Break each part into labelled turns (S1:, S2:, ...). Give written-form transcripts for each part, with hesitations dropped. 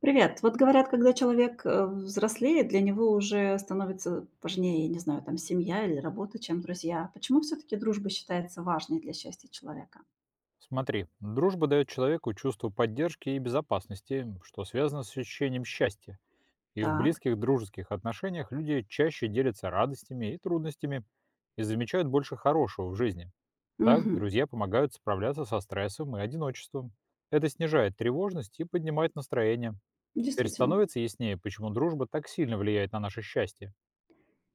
S1: Привет. Вот говорят, когда человек взрослеет, для него уже становится важнее, не знаю, там семья или работа, чем друзья. Почему все-таки дружба считается важной для счастья человека?
S2: Смотри, дружба дает человеку чувство поддержки и безопасности, что связано с ощущением счастья. И в
S1: Так.
S2: близких дружеских отношениях люди чаще делятся радостями и трудностями и замечают больше хорошего в жизни. Так
S1: Мгм.
S2: друзья помогают справляться со стрессом и одиночеством. Это снижает тревожность и поднимает настроение. Теперь
S1: Действительно.
S2: становится яснее, почему дружба так сильно влияет на наше счастье.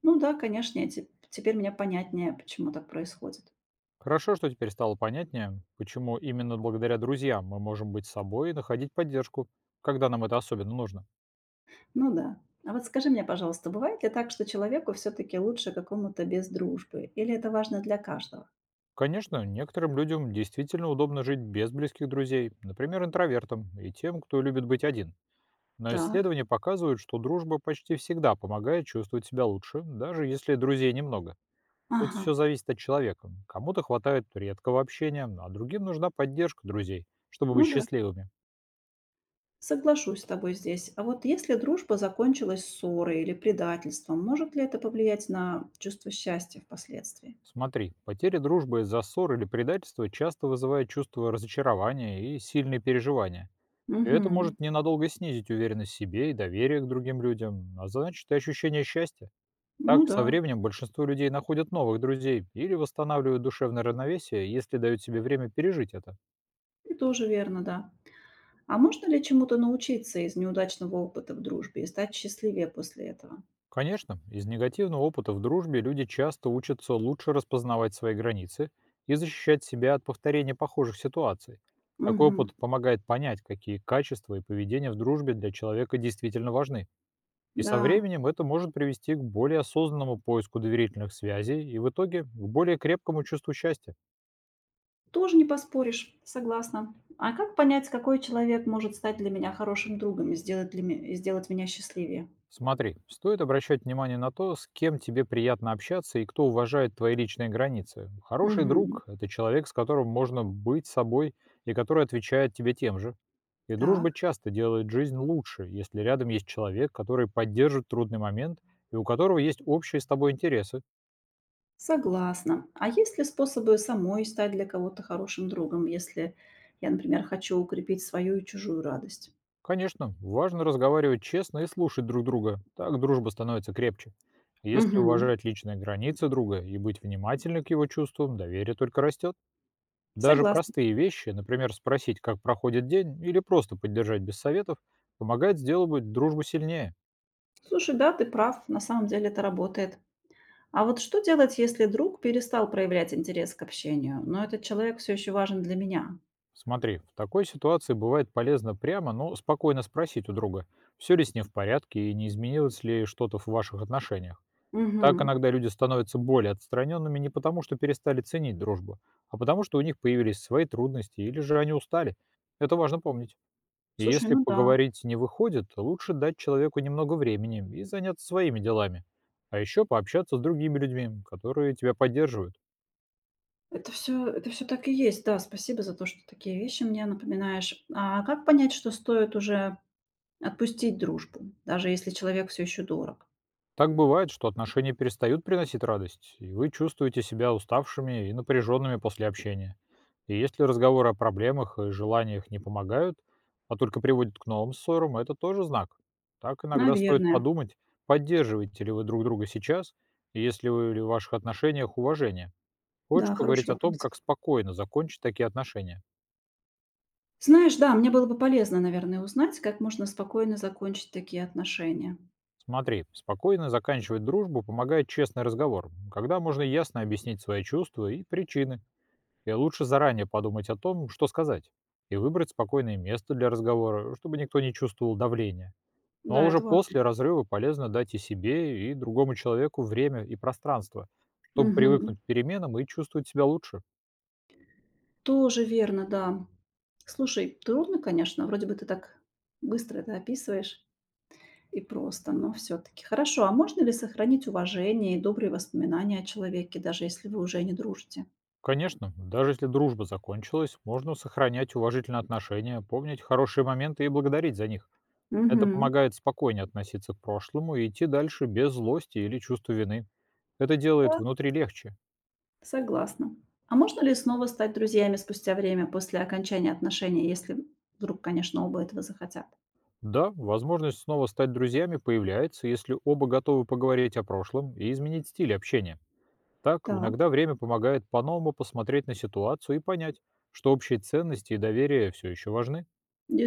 S1: Ну да, конечно, теперь мне понятнее, почему так происходит.
S2: Хорошо, что теперь стало понятнее, почему именно благодаря друзьям мы можем быть собой и находить поддержку, когда нам это особенно нужно.
S1: Ну да. А вот скажи мне, пожалуйста, бывает ли так, что человеку все-таки лучше какому-то без дружбы? Или это важно для каждого?
S2: Конечно, некоторым людям действительно удобно жить без близких друзей, например, интровертам и тем, кто любит быть один. Но
S1: Так.
S2: исследования показывают, что дружба почти всегда помогает чувствовать себя лучше, даже если друзей немного. Тут
S1: Ага.
S2: все зависит от человека. Кому-то хватает редкого общения, а другим нужна поддержка друзей, чтобы
S1: Ну
S2: быть
S1: да.
S2: счастливыми.
S1: Соглашусь с тобой здесь. А вот если дружба закончилась ссорой или предательством, может ли это повлиять на чувство счастья впоследствии?
S2: Смотри, потери дружбы из-за ссор или предательства часто вызывают чувство разочарования и сильные переживания. И это
S1: Угу.
S2: может ненадолго снизить уверенность в себе и доверие к другим людям, а значит и ощущение счастья. Так,
S1: Ну да,
S2: со временем большинство людей находят новых друзей или восстанавливают душевное равновесие, если дают себе время пережить это.
S1: и тоже верно, да. А можно ли чему-то научиться из неудачного опыта в дружбе и стать счастливее после этого?
S2: Конечно, из негативного опыта в дружбе люди часто учатся лучше распознавать свои границы и защищать себя от повторения похожих ситуаций. Такой
S1: Угу.
S2: опыт помогает понять, какие качества и поведение в дружбе для человека действительно важны. И со
S1: Да,
S2: временем это может привести к более осознанному поиску доверительных связей и в итоге к более крепкому чувству счастья.
S1: тоже не поспоришь, согласна. А как понять, какой человек может стать для меня хорошим другом и и сделать меня счастливее?
S2: Смотри, стоит обращать внимание на то, с кем тебе приятно общаться и кто уважает твои личные границы. Хороший
S1: Угу.
S2: друг– это человек, с которым можно быть собой и который отвечает тебе тем же. И
S1: Так.
S2: дружба часто делает жизнь лучше, если рядом есть человек, который поддержит трудный момент и у которого есть общие с тобой интересы.
S1: Согласна. А есть ли способы самой стать для кого-то хорошим другом, если я, например, хочу укрепить свою и чужую радость?
S2: Конечно, важно разговаривать честно и слушать друг друга. Так дружба становится крепче. Если
S1: Мгм.
S2: уважать личные границы друга и быть внимательным к его чувствам, доверие только растет. Даже
S1: Согласна.
S2: простые вещи, например, спросить, как проходит день, или просто поддержать без советов, помогает сделать дружбу сильнее.
S1: Слушай, да, ты прав, на самом деле это работает. А вот что делать, если друг перестал проявлять интерес к общению, но этот человек все еще важен для меня?
S2: Смотри, в такой ситуации бывает полезно прямо, но спокойно спросить у друга, все ли с ним в порядке и не изменилось ли что-то в ваших отношениях. Так
S1: Мгм.
S2: иногда люди становятся более отстраненными не потому, что перестали ценить дружбу, а потому, что у них появились свои трудности или же они устали. Это важно помнить. И
S1: Слушай,
S2: если
S1: ну да,
S2: поговорить не выходит, лучше дать человеку немного времени и заняться своими делами. А еще пообщаться с другими людьми, которые тебя поддерживают.
S1: это все так и есть. Да, спасибо за то, что такие вещи мне напоминаешь. А как понять, что стоит уже отпустить дружбу, даже если человек все еще дорог?
S2: Так бывает, что отношения перестают приносить радость, и вы чувствуете себя уставшими и напряженными после общения. И если разговоры о проблемах и желаниях не помогают, а только приводят к новым ссорам, это тоже знак. Так иногда стоит
S1: Наверное.
S2: подумать, поддерживаете ли вы друг друга сейчас, и есть ли вы в ваших отношениях уважение. Хочешь
S1: Да, хороший
S2: поговорить о том,
S1: вопрос.
S2: как спокойно закончить такие отношения?
S1: Знаешь, да, мне было бы полезно, наверное, узнать, как можно спокойно закончить такие отношения.
S2: Смотри, спокойно заканчивать дружбу помогает честный разговор, когда можно ясно объяснить свои чувства и причины. И лучше заранее подумать о том, что сказать, и выбрать спокойное место для разговора, чтобы никто не чувствовал давления. Ну а
S1: Да,
S2: уже
S1: это важно.
S2: после разрыва полезно дать и себе, и другому человеку время и пространство, чтобы
S1: Мгм.
S2: привыкнуть к переменам и чувствовать себя лучше.
S1: Тоже верно, да. Слушай, трудно, конечно, вроде бы ты так быстро это описываешь и просто, но все-таки. Хорошо, а можно ли сохранить уважение и добрые воспоминания о человеке, даже если вы уже не дружите?
S2: Конечно, даже если дружба закончилась, можно сохранять уважительные отношения, помнить хорошие моменты и благодарить за них. Это
S1: Угу.
S2: помогает спокойнее относиться к прошлому и идти дальше без злости или чувства вины. Это делает внутри легче.
S1: Согласна. А можно ли снова стать друзьями спустя время после окончания отношений, если вдруг, конечно, оба этого захотят?
S2: Да, возможность снова стать друзьями появляется, если оба готовы поговорить о прошлом и изменить стиль общения. Так,
S1: Так,
S2: иногда время помогает по-новому посмотреть на ситуацию и понять, что общие ценности и доверие все еще важны.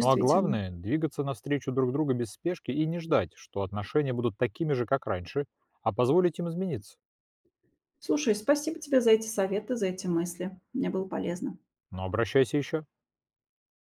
S2: Ну а главное– двигаться навстречу друг другу без спешки и не ждать, что отношения будут такими же, как раньше, а позволить им измениться.
S1: Слушай, спасибо тебе за эти советы, за эти мысли. Мне было полезно.
S2: Но обращайся еще.